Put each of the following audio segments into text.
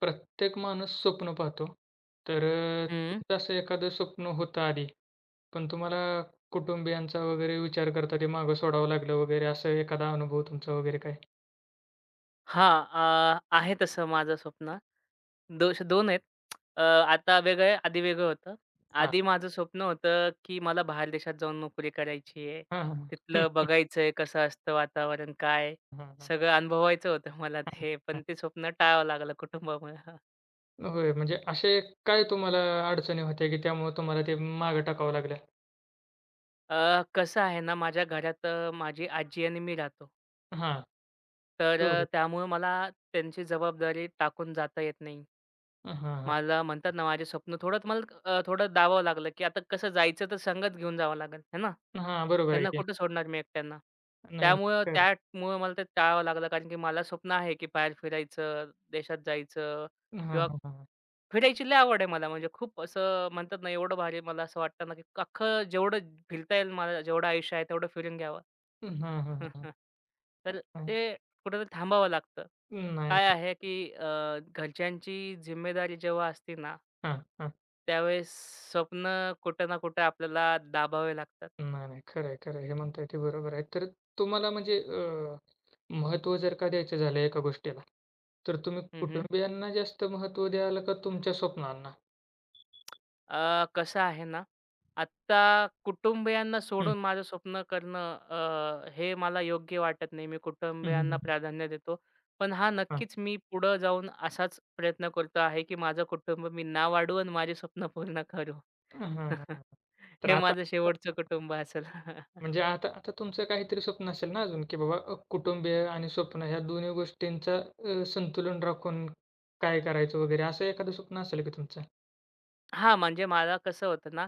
प्रत्येक माणूस स्वप्न पाहतो. तर हं. तुमचं असं एखादं स्वप्न होतं आधी, पण तुम्हाला कुटुंबियांचा वगैरे विचार करता ते मागं सोडावं लागलं वगैरे असं एखादा अनुभव तुमचा वगैरे काय? हां. आहे तसं माझं स्वप्न. दोष 2 आहेत. आता वेगळं आहे, आधी वेगळं होतं. हां. आधी माझं स्वप्न होतं, की मला बाहेर देशात जाऊन नोकरी करायची आहे. हां, हां. तिथलं हं. बघायचंय कसं असतं वातावरण, काय? हां, हां, सगळं अनुभवायचं होतं मला ते. पण हां. ते स्वप्न टाळावं लागलं कुटुंबामुळे. होय, म्हणजे असे काय तुम्हाला अडचणी होत्या, की त्यामुळे तुम्हाला ते मागं टाकावं लागलं? कसं आहे ना, माझ्या घरात माझी आजी आणि मी राहतो. हां. तर हो. त्यामुळे मला त्यांची जबाबदारी टाकून जाता येत नाही. हां, हां. मला म्हणतात ना, माझे स्वप्न थोडं मला थोडं दाबावं लागलं, की आता कसं जायचं तर संगत घेऊन जावं लागेल, है ना? हां, बरोबर आहे त्यांना की. कुठं सोडणार मी एकट्यांना. नाही, त्यामुळं खरं आहे. त्यामुळं मला ते टाळावं लागलं कारण की मला स्वप्न आहे, की बाहेर फिरायचं, देशात जायचं हां, किंवा हां, हां. फिरायची लय आवड आहे मला. म्हणजे खूप असं म्हणतात ना, एवढं भारी मला असं वाटतं ना, की अख्खं जेवढं फिरता येईल मला, जेवढं आयुष्य आहे तेवढं फिरून घ्यावं. हां, हां, हां, हां. तर हां. ते कुठेतरी थांबावं लागतं. नाही. काय नाही. आहे, की घरच्यांची जिम्मेदारी जेव्हा असते ना हां, हां. त्यावेळेस स्वप्न कुठं ना कुठं आपल्याला दाबावे लागतात. नाही, नाही. खरं आहे, खरं आहे. हे म्हणताय ते बरोबर आहे. तर तुम्हाला म्हणजे महत्त्व जर का द्यायचं झालं एका गोष्टीला, तर तुम्ही हं, कुटुंबियांना जास्त महत्त्व द्याल का तुमच्या स्वप्नांना? कसं आहे ना, आत्ता कुटुंबियांना हं. सोडून माझं स्वप्न करणं हे मला योग्य वाटत नाही. मी हं, हं, कुटुंबियांना हं. प्राधान्य देतो. पण हां, हां. नक्कीच मी पुढं जाऊन असाच प्रयत्न करतो आहे, की माझं कुटुंब मी ना वाढवू माझे स्वप्न पूर्ण करू. हां, हां, हां, हां. तर हे आता माझं शेवटचं कुटुंब असेल. म्हणजे आता आता तुमचं काहीतरी स्वप्न असेल ना अजून, की बाबा कुटुंबीय आणि स्वप्न ह्या दोन्ही गोष्टींचा संतुलन राखून काय करायचं वगैरे असं एखादं स्वप्न असेल का तुमचं? हा म्हणजे मला कसं होतं ना,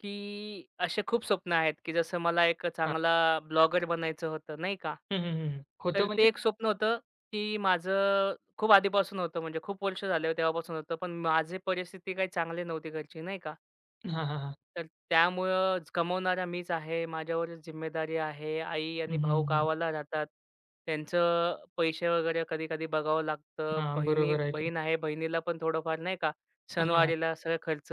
की असे खूप स्वप्न आहेत, की जसं मला एक हां. चांगला ब्लॉगर बनायचं होतं, नाही का. हं, हं, हं, हं. होतं तर ते म्हणजे? एक स्वप्न होतं, की माझं खूप आधीपासून होतं, म्हणजे खूप वर्ष झाले तेव्हापासून होतं. पण माझी परिस्थिती काही चांगली नव्हती घरची, नाही का. हां, हां, हां. तर त्यामुळं कमवणारा मीच आहे, माझ्यावरच जिम्मेदारी आहे. आई हं, आणि हं, भाऊ हं. गावाला राहतात. त्यांचं पैसे वगैरे कधी-कधी बघावं लागतं. हां, बहिणी बरोबर आहे की. बहीण आहे, बहिणीला पण थोडंफार नाही का, हां, हां. सणवारीला सगळा खर्च.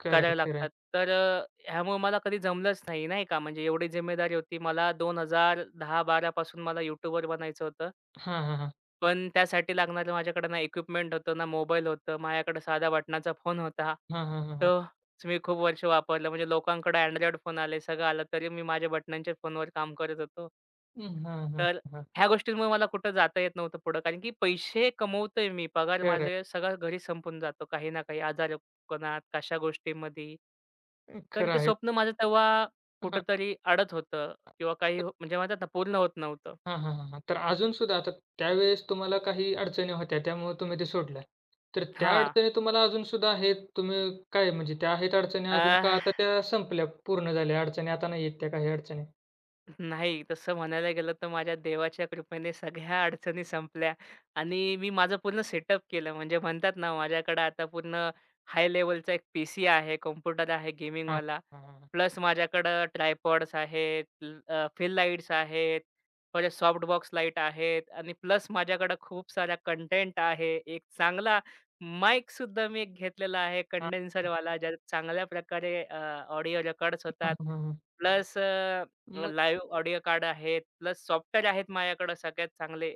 खरं आहे, करायला खरं लागतात. आहे. तर ह्यामुळे मला कधी जमलंच नाही, नाही का. म्हणजे एवढी जिम्मेदारी होती. 2010-12 पासून मला यूट्यूबर बनायचं होतं. हां, हां, हां. पण त्यासाठी लागणारं माझ्याकडे ना इक्विपमेंट होतं, ना मोबाईल होतं. माझ्याकडे साधा बटणाचा फोन होता. हां, हां, हां, हां. तो मी खूप वर्ष वापरला. म्हणजे लोकांकडे Android फोन आले, सगळं आलं, तरी मी माझ्या बटणांच्या फोनवर काम करत होतो. हं, हां, हां, तर हां. ह्या गोष्टींमुळे मला कुठं जाता येत नव्हतं पुढं. कारण की पैसे कमवतोय मी. पगार खरं माझे सगळा घरी संपून जातो काही ना काही आजारपणात, कशा गोष्टींमध्ये. आहे. तर खरं ते आहे. स्वप्न माझं तेव्हा हां. कुठेतरी अडत होतं किंवा म्हणजे म्हणतात ना पूर्ण होत नव्हतं. हां, हां, हां, हां. तर अजूनसुद्धा आता त्यावेळेस तुम्हाला काही अडचणी होत्या, त्यामुळे तुम्ही ते सोडल्या. तर त्या हां. अडचणी तुम्हाला अजूनसुद्धा आहेत. तुम्ही काय म्हणजे त्या आहेत अडचणी अजून का आता त्या संपल्या, पूर्ण झाल्या अडचणी आता नाही आहेत त्या काही अडचणी? नाही, तसं म्हणायला गेलं तर माझ्या देवाच्या कृपेने सगळ्या अडचणी संपल्या आणि मी माझं पूर्ण सेटअप केलं. म्हणजे म्हणतात ना, माझ्याकडे आता पूर्ण हाय लेव्हलचा एक पीसी आहे, कॉम्प्युटर आहे हां. गेमिंगवाला हां, हां, हां. प्लस माझ्याकडं ट्रायपॉड्स आहेत, फिल लाईट्स आहेत, परत सॉफ्ट बॉक्स लाईट आहेत आणि प्लस माझ्याकडं खूप सारा कंटेंट आहे. एक चांगला माईकसुद्धा मी एक घेतलेला आहे कंडेन्सरवाला, ज्यात चांगल्या प्रकारे ऑडिओ रेकॉर्ड्स हां, होतात. हां, हां, हां. प्लस लाईव्ह ऑडिओ कार्ड आहेत, प्लस सॉफ्टवेअर आहेत माझ्याकडं सगळ्यात चांगले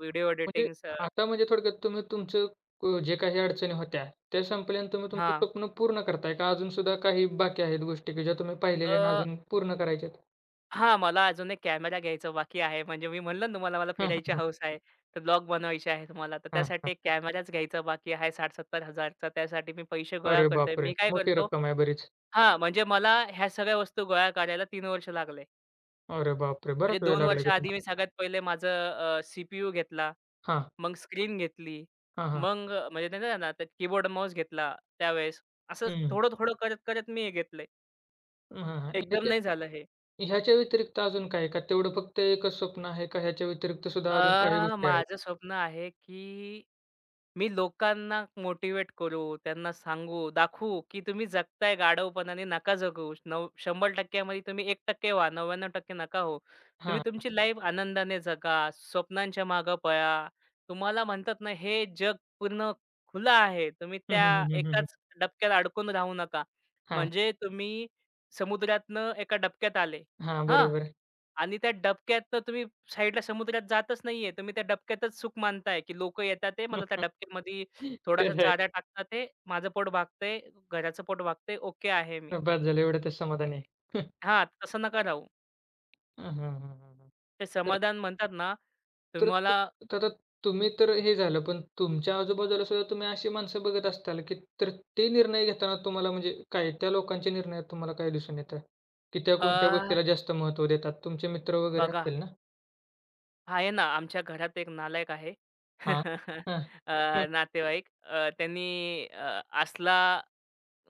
व्हिडिओ म्हणजे एडिटिंग्स आता म्हणजे थोडक्यात तुम्ही तुमचं जे काही अडचणी होत्या, त्या संपल्या आणि तुम्ही तुमचं स्वप्न पूर्ण करताय का अजून सुद्धा काही बाकी आहेत गोष्टी, की ज्या तुम्ही पाहिलेल्या आणि अजून पूर्ण करायच्या आहेत? हां, मला अजून एक कॅमेरा घ्यायचा बाकी आहे. म्हणजे मी म्हणलं ना तुम्हाला मला हं, हं, फिरायची हं. हौस आहे. तर ब्लॉग बनवायचे आहेत मला. तर हां, त्यासाठी हां. एक कॅमेराच घ्यायचा बाकी आहे 60,000-70,000 चा. त्यासाठी मी पैसे गोळा अरे करतोय. बापरे! मी काय मोठी करतो रक्कम आहे बरीच. हां, म्हणजे मला ह्या सगळ्या वस्तू गोळा करायला 3 वर्ष लागले. अरे बापरे! म्हणजे बराच वेळ 2 लागला वर्ष की आधी तुम्हाला. मी सगळ्यात पहिले माझं सीपीयू घेतला, हां, मग स्क्रीन घेतली, हां, हां. मग म्हणजे नाही ना कीबोर्ड, माऊस घेतला त्यावेळेस. असं हं. थोडं-थोडं करत-करत मी हे घेतलंय. हां, हां. एकदम ह्याच्या नाही झालं हे. ह्याच्या व्यतिरिक्त अजून काय आहे का? तेवढं फक्त एकच स्वप्न आहे का ह्याच्या व्यतिरिक्त सुद्धा अजून काही गोष्टी आहेत? माझं स्वप्न आहे की मी लोकांना मोटिवेट करू, त्यांना सांगू, दाखवू, की तुम्ही जगताय गाढवपणाने नका जगू. 100% मध्ये तुम्ही एक टक्के व्हा, 99% नका हो. तुम्ही हां. तुमची लाईफ आनंदाने जगा, स्वप्नांच्या मागं पळा. तुम्हाला म्हणतात ना, हे जग पूर्ण खुलं आहे. तुम्ही हं, त्या हं, हं, हं, हं, हं. एकाच डबक्यात अडकून राहू नका. हां, म्हणजे तुम्ही समुद्रातनं एका डबक्यात आले. हां. हां. बरोबर. आणि त्या डबक्यात तर तुम्ही साईडला समुद्रात जातच नाहीये. तुम्ही त्या डबक्यातच सुख मानताय, की लोकं येतात आहे, मला त्या डबक्यामध्ये थोडासा खरं आहे. चारा टाकतात आहे, माझं पोट भागतंय, घराचं पोट भागतंय, ओके आहे मी. बास झालं एवढ्यातच समाधानी आहे. हां, तसं नका राहू. हां, हां, हां, हां, हां. ते तर समाधान म्हणतात ना, तर तुम्हाला तर आता तुम्ही तर हे झालं, पण तुमच्या आजूबाजूला सुद्धा तुम्ही अशी माणसं बघत असताल, की तर ते निर्णय घेताना तुम्हाला म्हणजे काय त्या लोकांच्या निर्णयात तुम्हाला काय दिसून येतं? की त्या कोणत्या अ, गोष्टीला जास्त महत्त्व देतात? तुमचे मित्र वगैरे बघा असतील ना? आहे ना, आमच्या घरात एक नालायक आहे. हां. हां. हं. नातेवाईक त्यांनी असला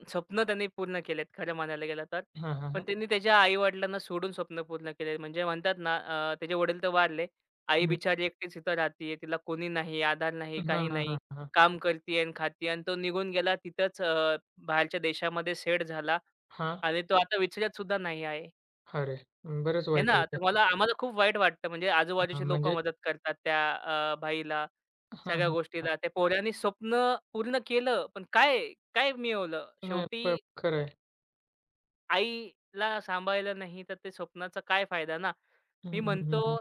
स्वप्न त्यांनी पूर्ण केलेत खरं म्हणायला गेलं तर. हां, हां, पण हां. त्यांनी त्याच्या आई-वडिलांना सोडून स्वप्न पूर्ण केले. म्हणजे म्हणतात ना त्याचे वडील तर वारले. आई हं. बिचारी एकटीच तिथं राहतीये. तिला कोणी नाही, आधार नाही, हां, काही हां, नाही. हां, हां. काम करतीये आणि खातीये आणि तो निघून गेला तिथंच बाहेरच्या देशामध्ये सेट झाला हां. आणि तो आता विचारत सुद्धा नाही आहे. अरे! बरंच हे वाईट ना? आहे ते. तर मला आम्हाला खूप वाईट वाटतं. म्हणजे हां, आजूबाजूचे लोकं म्हणजे मदत करतात त्या भाईला, हां, सगळ्या हां, हां. गोष्टीला. त्या पोरांनी स्वप्न पूर्ण केलं, पण काय, काय मिळवलं? नाही प शेवटी खरं आहे. आईला सांभाळलं नाही, तर ते स्वप्नाचा काय फायदा ना? हं, मी हं, हं, हं. म्हणतो,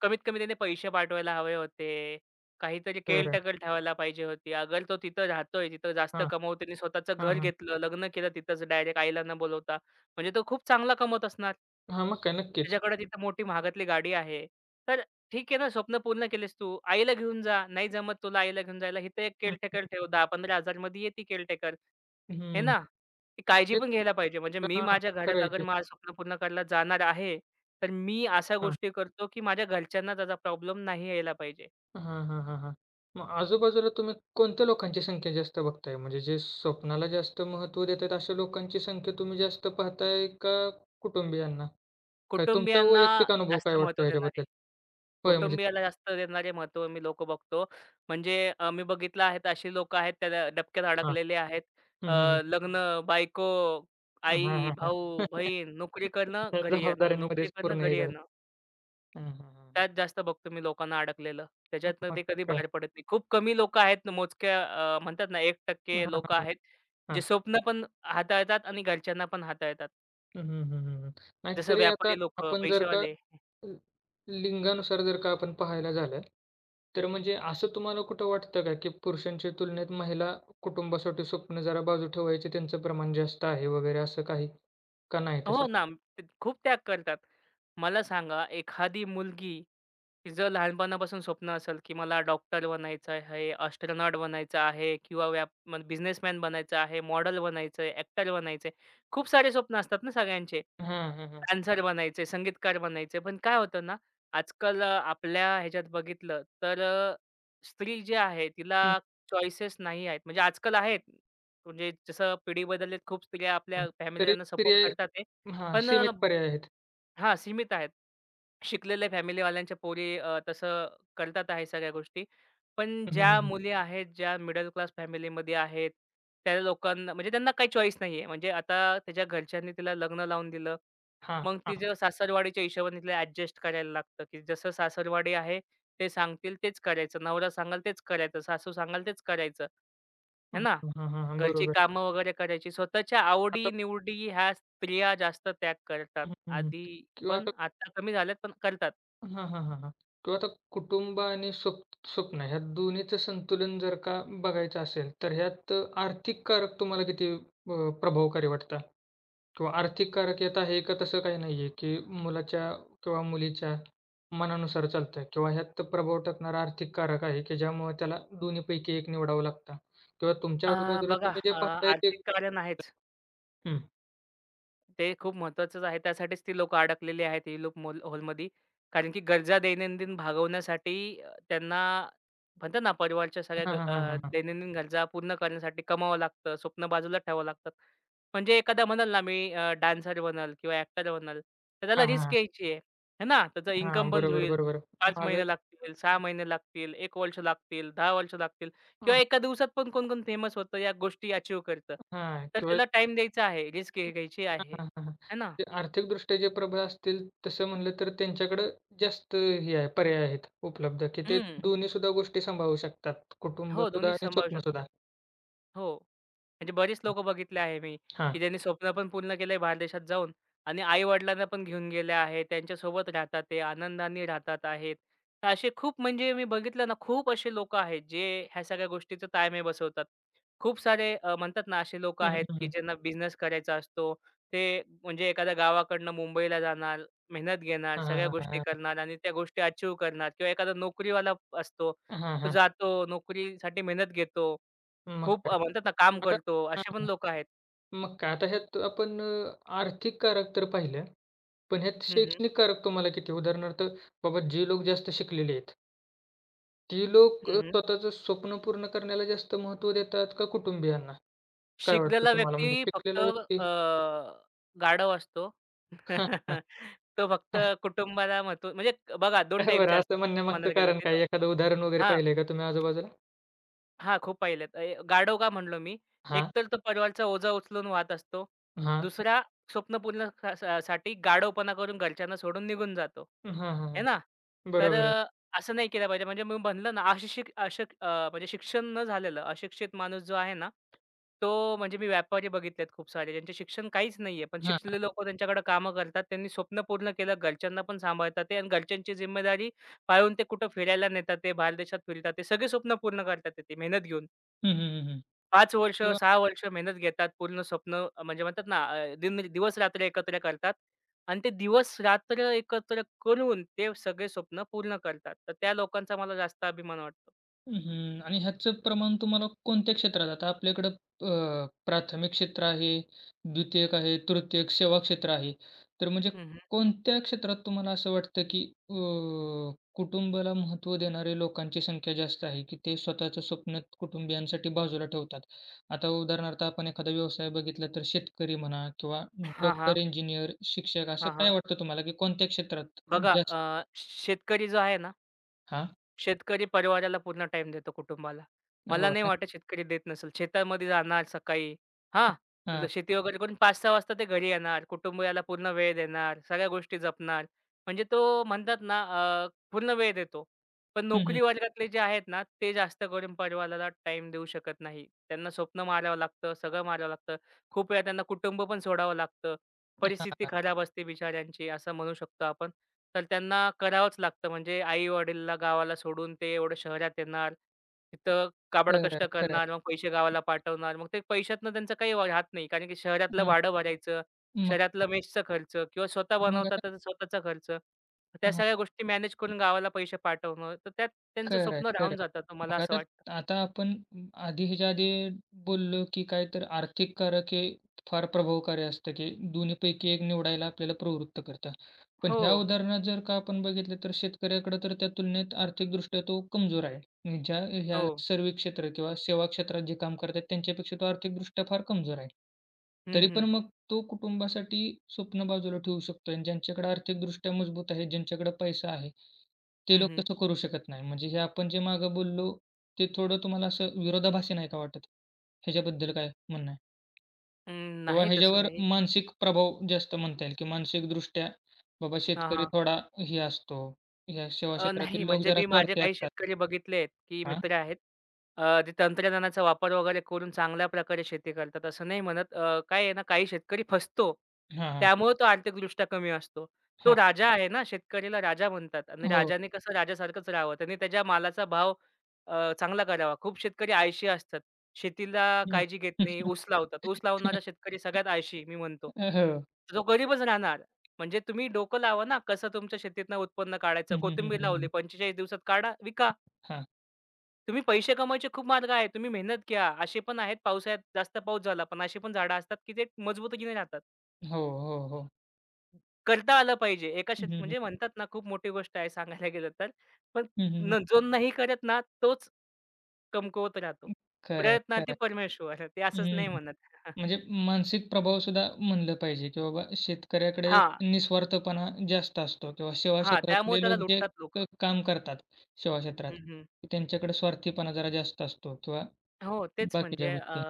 कमीत कमी त्याने पैसे पाठवायला हवे होते. काहीतरी खरं आहे. केअरटेकर ठेवायला पाहिजे होती. अगर तो तिथं राहतोय, तिथं जास्त हां. कमवतो. त्याने स्वतःचं हां, घर हां. घेतलं, लग्न केलं तिथंच डायरेक्ट आईला न बोलवता. म्हणजे तो खूप चांगला कमवत असणार. हां, मग काय नक्कीच. त्याच्याकडे तिथं मोठी महागातली गाडी आहे. तर ठीक आहे ना, स्वप्न पूर्ण केलेस तू. आईला घेऊन जा. नाही जमत तुला आईला घेऊन जायला, इथं एक हं. केअरटेकर ठेव. 10,000-15,000 मध्ये येते केअरटेकर. हे हं. ना? ती काळजी म्हणजे पण घ्यायला पाहिजे. म्हणजे मी हां, हां. माझ्या घरात अगर करायचे. माझं स्वप्न पूर्ण करायला जाणार आहे, तर मी अशा हां. गोष्टी करतो, की माझ्या घरच्यांना त्याचा प्रॉब्लेम नाही यायला पाहिजे. हां, हां, हां, हां. मग आजूबाजूला तुम्ही कोणत्या लोकांची संख्या जास्त बघताय? म्हणजे जे स्वप्नाला जास्त महत्त्व देतात अशा लोकांची संख्या तुम्ही जास्त पाहताय का कुटुंबियांना? काय तुमचा कुटुंबियांना वैयक्तिक अनुभव काय जास्त वाटतो महत्त्व देणार आहे. ह्याच्याबद्दल? होय, म्हणजे कुटुंबियाला जास्त देणारे महत्त्व मी लोकं बघतो. म्हणजे मी बघितलं आहेत अशी लोकं आहेत त्या डबक्यात हां. अडकलेले आहेत. अ, हं, हं, हं. लग्न, बायको, हां, आई, हां, हां. भाऊ, बहीण, नोकरी करणं, घरी येणं, नोकरी जबाबदाऱ्यांमध्येच करणं, पूर्ण हे घरी झालं. येणं. हां, हां, हां, हां. त्यात जास्त बघतो मी लोकांना अडकलेलं. त्याच्यातनं मग ते कधी काय? बाहेर पडत नाही. खूप कमी लोकं आहेत मोजक्या म्हणतात ना 1% हां, हां, लोकं आहेत, जे हां. स्वप्न पण हाताळतात आणि घरच्यांना पण हाताळतात. हं, हं, हं, हं. जसं नाहीतरी आता व्यापारी लोकं, आपण जर का पैसेवाले. ल लिंगानुसार जर का आपण पाहायला झालं, तर म्हणजे असं तुम्हाला कुठं वाटतं का, की पुरुषांच्या तुलनेत महिला कुटुंबासाठी स्वप्न जरा बाजू ठेवायचे त्यांचं प्रमाण जास्त आहे वगैरे असं काही? का नाही तसं? हो ना, ते खूप त्याग करतात. मला सांगा एखादी मुलगी तिचं लहानपणापासून स्वप्न असेल, की मला डॉक्टर बनायचं आहे, एस्ट्रोनॉट बनायचं आहे किंवा बिझनेसमॅन बनायचं आहे, मॉडेल बनायचं आहे, ॲक्टर बनायचं आहे. खूप सारे स्वप्न असतात ना सगळ्यांचे. हां, हां, हां. डान्सर बनायचंय, संगीतकार बनायचंय. पण काय होतं ना, आजकाल आपल्या ह्याच्यात बघितलं तर अ, स्त्री जी आहे तिला हं, चॉईसेस नाही आहेत. म्हणजे आजकाल आहेत. म्हणजे जसं पिढी बदलली खूप स्त्रिया हां. आपल्या तरी फॅमिलीला सपोर्ट पर्याय करतात आहे. हां, पण अ, सीमित पर्याय आहेत. हां, सीमित आहेत. शिकलेल्या फॅमिलीवाल्यांच्या पोरी तसं करतात आहे सगळ्या गोष्टी. पण हं, हं, ज्या हं. मुली आहेत, ज्या मिडल क्लास फॅमिलीमध्ये आहेत, त्या लोकांना म्हणजे त्यांना काही चॉईस नाहीये. म्हणजे आता तिच्या घरच्यांनी तिला लग्न लावून दिलं. हां, मग हां. तिच्या सासरवाडीच्या हिशोबाने तिला ॲडजस्ट करायला लागतं, की जसं सासरवाडी आहे, ते सांगतील तेच करायचं. नवरा सांगाल तेच करायचं. सासू सांगाल तेच करायचं. है हं, ना? हां, हां, हां. घरची बरोबर. कामं वगैरे करायची. स्वतःच्या आता आवडी-निवडी ह्या स्त्रिया जास्त त्याग करतात. हं, हं, हं. आधी किंवा पण आता कमी झाल्यात पण करतात. हां, हां, हां, हां. किंवा आता कुटुंब आणि स्वप्न ह्या दोन्हीचं संतुलन जर का बघायचं असेल, तर ह्यात आर्थिक कारक तुम्हाला किती प्रभावकारी वाटतात? किंवा आर्थिक कारक यात आहे का तसं काही नाहीये, की मुलाच्या किंवा मुलीच्या मनानुसार चालतं? किंवा ह्यात प्रभाव टाकणारा आर्थिक कारक आहे, की ज्यामुळे त्याला दोन्हीपैकी एक निवडावं लागतं? किंवा तुमच्या अ, आजूबाजूला बघा तुम्ही जे अ, पाहताय ते आर्थिक कारण आहेच. हं. ते खूप महत्वाचंच आहे. त्यासाठीच ती लोकं अडकलेली आहेत ही लूप मोल होलमध्ये. कारण की गरजा दैनंदिन भागवण्यासाठी त्यांना म्हणतात ना, परिवारच्या सगळ्या हां, हां, हां, हां, हां. दैनंदिन गरजा पूर्ण करण्यासाठी कमावं लागतं, स्वप्न बाजूला ठेवावं लागतात. म्हणजे एखादा म्हणाल ना, मी डान्सर बनल किंवा ॲक्टर बनल, तर त्याला हां, हां, रिस्क हां. घ्यायची आहे, है ना? त्याचा हां, इन्कम बंद बरोबर, होईल. बरोबर. 5 मागं महिने लागतील, 6 हं. महिने लागतील, 1 वर्ष लागतील, 10 वर्ष लागतील किंवा हां, एका दिवसात पण कोण-कोण फेमस होतं, या गोष्टी अचीव्ह करतं. हां. तर किंवा त्याला टाईम द्यायचा आहे, रिस्क घ्यायची हां, आहे. हां, हां, है ना? ते आर्थिकदृष्ट्या जे प्रबळ असतील तसं म्हणलं तर त्यांच्याकडं जास्त हे आहे पर्याय आहेत उपलब्ध, की ते हं. दोन्हीसुद्धा गोष्टी सांभाळू शकतात. हो, दोन्ही कुटुंबसुद्धा आणि सांभाळू शकतात. स्वप्नसुद्धा. हो. म्हणजे बरेच लोकं बघितले आहे मी, की हां. ज्यांनी स्वप्न पण पूर्ण केलंय बाहेरदेशात जाऊन आणि आई-वडिलांना पण घेऊन गेले आहेत. त्यांच्यासोबत राहतात ते, आनंदाने राहतात आहेत. तर असे खूप म्हणजे मी बघितलं ना, खूप असे लोकं आहेत जे ह्या सगळ्या गोष्टीचं ताळमेळ बसवतात. खूप सारे म्हणतात ना, असे लोकं हं, हं, आहेत हं, की हं. ज्यांना बिझनेस करायचा असतो. ते म्हणजे एखाद्या गावाकडनं मुंबईला जाणार, मेहनत घेणार, हां, सगळ्या हां, हां, गोष्टी हां. करणार आणि त्या गोष्टी अचीव्ह करणार किंवा एखादा नोकरीवाला असतो. हां, तो हां. जातो, नोकरीसाठी मेहनत घेतो. मग खूप काय. म्हणतात ना काम आता करतो, हां, असे पण हां. लोकं आहेत. मग काय आता ह्यात आपण आर्थिक कारक तर पाहिलं. पण ह्यात हं, हं. शैक्षणिक कारक तुम्हाला किती उदाहरणार्थ बाबा जे लोक जास्त शिकलेले आहेत, ती लोक हं, अ, हं. स्वतःचं स्वप्न पूर्ण करण्याला जास्त महत्त्व देतात का कुटुंबियांना? काय वाटतं शिकलेला तुम्हाला व्यक्ती म्हणजे फक्त शिकलेला व्यक्ती गाढव असतो. तो फक्त कुटुंबाला महत्त्व म्हणजे बघा 2 काय बरं टाईपचे असतात असं तसं म्हणण्यामागचं म्हणायला गेलं कारण ते तर. काय? एखादं उदाहरण वगैरे हां, पाहिलंय का तुम्ही आजूबाजूला? हां, खूप पाहिलेत. गाढव का म्हणलो मी? हां, एकतर तो परिवारचा ओझा उचलून वाहत असतो. हां, दुसरा स्वप्न पूर्ण सा सा साठी गाढवपणा करून घरच्यांना सोडून निघून जातो. हां, हां, आहे ना? हां. तर बरोबर आहे. असं नाही केलं पाहिजे. म्हणजे मी म्हणलं ना म्हणजे शिक्षण न झालेलं अशिक्षित माणूस जो आहे ना, तो म्हणजे मी व्यापारी बघितलेत खूप सारे. ज्यांचे शिक्षण काहीच नाहीये, पण हां. शिकलेले लोकं त्यांच्याकडे कामं करतात. त्यांनी स्वप्न पूर्ण केलं, घरच्यांना पण सांभाळतात ते आणि घरच्यांची जिम्मेदारी पाळून ते कुठं फिरायला नेतात, ते बाहेरदेशात फिरतात. ते सगळे स्वप्न पूर्ण करतात ते, ते मेहनत घेऊन. हं, हं, हं, 5 वर्ष, 6 वर्ष मेहनत घेतात. म्हणजे म्हणतात ना दिवस-रात्र एकत्र करतात आणि ते दिवस-रात्र एकत्र करून ते सगळे स्वप्न पूर्ण करतात. तर त्या लोकांचा मला जास्त अभिमान वाटतो. हं. आणि ह्याचं प्रमाण तुम्हाला कोणत्या क्षेत्रात? आता आपल्याकडं अ, प्राथमिक क्षेत्र आहे, द्वितीयक आहे, तृतीयक सेवा क्षेत्र आहे. तर म्हणजे हं, हं. कोणत्या क्षेत्रात तुम्हाला असं वाटतं, की अ, कुटुंबाला महत्त्व देणारे लोकांची संख्या जास्त आहे, की ते स्वतःचं स्वप्न कुटुंबियांसाठी बाजूला ठेवतात? आता उदाहरणार्थ आपण एखादा व्यवसाय बघितला तर शेतकरी म्हणा किंवा हां, डॉक्टर, हां. इंजिनियर, शिक्षक असं काय हां, वाटतं तुम्हाला, की कोणत्या क्षेत्रात बघा जास्त अ, शेतकरी जो आहे ना हां. शेतकरी परिवाराला पूर्ण टाईम देतो, कुटुंबाला. मला हो. नाही वाटत नक्की. शेतकरी देत नसेल. शेतामध्ये जाणार सकाळी, हां. हां. शेती वगैरे करून 5:00-6:00 वाजता ते घरी येणार, कुटुंबियाला पूर्ण वेळ देणार, सगळ्या गोष्टी जपणार. म्हणजे तो म्हणतात ना पूर्ण वेळ देतो. पण हं, हं. नोकरी वर्गातले जे आहेत ना, ते जास्त करून परिवाराला टाईम देऊ शकत नाही. त्यांना स्वप्न मारावं लागतं, सगळं मारावं लागतं. खूप वेळा त्यांना कुटुंब पण सोडावं लागतं. परिस्थिती हां. खराब असते बिचाऱ्यांची असं म्हणू शकतो आपण. तर त्यांना करावंच लागतं. म्हणजे आई-वडीलला गावाला सोडून ते एवढं शहरात येणार. तिथं खरं काबाडकष्ट आहे, करणार, मग पैसे गावाला पाठवणार. मग ते पैशातनं त्यांचं राहत नाही. कारण की शहरातलं हां. भाडं भरायचं, मग शहरातलं मेसचा खर्च किंवा स्वतः मग बनवतात आता तर स्वतःचा खर्च. त्या हां. सगळ्या गोष्टी मॅनेज हं. करून गावाला पैसे पाठवणं. तर त्यात त्यांचं खरं स्वप्न मग राहून जातं तर मला असं आता वाटतं. आता आपण आधी ह्याच्या आधी बोललो, की काय तर आर्थिक कारक हे फार प्रभावकारी असतं, की दोन्हीपैकी एक निवडायला आपल्याला प्रवृत्त करतं. पण हो, ह्या उदाहरणात जर का आपण बघितलं, तर शेतकऱ्याकडे तर त्या तुलनेत आर्थिकदृष्ट्या तो कमजोर आहे. म्हणजे ज्या ह्या हो. सर्व्हिस क्षेत्र किंवा सेवा क्षेत्रात जे काम करतात त्यांच्यापेक्षा तो आर्थिकदृष्ट्या फार कमजोर आहे. हं, तरी पण हं. मग तो कुटुंबासाठी स्वप्न बाजूला ठेवू शकतो आणि ज्यांच्याकडे आर्थिकदृष्ट्या मजबूत आहे, ज्यांच्याकडे पैसा आहे, ते हं, लोक हं. तसं करू शकत नाही. म्हणजे हे आपण जे मागे बोललो, ते थोडं तुम्हाला असं विरोधाभासी नाही का वाटत? ह्याच्याबद्दल काय म्हणणं आहे? अं, किंवा नाही तसं ह्याच्यावर नाही. मानसिक प्रभाव जास्त म्हणता येईल, की मानसिकदृष्ट्या बाबा हां, शेतकरी हां. थोडा हे असतो, ह्या सेवा नाही क्षेत्रातील लोक म्हणजे जरा मी माझे स्वार्थी काही असतात. शेतकरी बघितले आहेत, की हां, मित्र आहेत. ते तंत्रज्ञानाचा वापर वगैरे करून चांगल्या प्रकारे शेती करतात असं नाही म्हणत. काय आहे ना काही शेतकरी फसतो. हां, हां, त्यामुळे तो आर्थिकदृष्ट्या कमी असतो. तो हां. राजा आहे ना, शेतकरीला राजा म्हणतात आणि हो. राजाने कसं राजासारखंच राहावं. त्यांनी त्याच्या मालाचा भाव चांगला करावा. खूप शेतकरी आळशी असतात. शेतीला हं. काळजी घेत नाही. ऊस लावतात. ऊस लावणारा शेतकरी सगळ्यात आळशी मी म्हणतो. हो. तो गरीबच राहणार. म्हणजे तुम्ही डोकं लावा ना, कसं तुमच्या शेतीतनं उत्पन्न काढायचं. हं, हं, हं, कोथिंबीर हं, लावली हं. 45 दिवसात काढा, विका. हां. तुम्ही पैसे कमवायचे खूप मार्ग आहेत. तुम्ही मेहनत घ्या. असे पण आहेत पावसाळ्यात जास्त पाऊस झाला, पण अशी पण झाडं असतात, की ते मजबुतीने राहतात. हो, हो, हो. करता आलं पाहिजे. एका हं, शेत हं, हं. म्हणजे म्हणतात ना, खूप मोठी गोष्ट आहे सांगायला गेलं तर. पण हं, हं. न जो नाही करत ना, तोच कमकुवत राहतो. खरं आहे, खरं प्रयत्नार्थी आहे. परमेश्वर. ते असंच नाही हं. म्हणत. म्हणजे मानसिक प्रभावसुद्धा म्हणलं पाहिजे, की बाबा शेतकऱ्याकडे हां, निस्वार्थपणा जास्त असतो किंवा सेवा हां. त्यामुळे क्षेत्रातले त्याला लोक जे लुटतात लोकं. काम करतात सेवा क्षेत्रात, त्यांच्याकडे स्वार्थीपणा जरा जास्त असतो किंवा हो, बाकीच्या गोष्टी.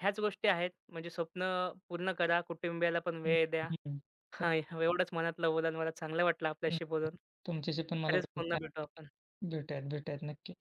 ह्याच गोष्टी आहेत. म्हणजे स्वप्न पूर्ण करा, कुटुंबियाला पण हं, वेळ द्या. हं. खरं. हां, एवढंच मनातलं बोलून मला चांगलं वाटलं हं. आपल्याशी बोलून. तुमच्याशी पण मला खरंच बोलून पुन्हा भेटू छान आपण. भेटूयात, भेटूयात नक्की.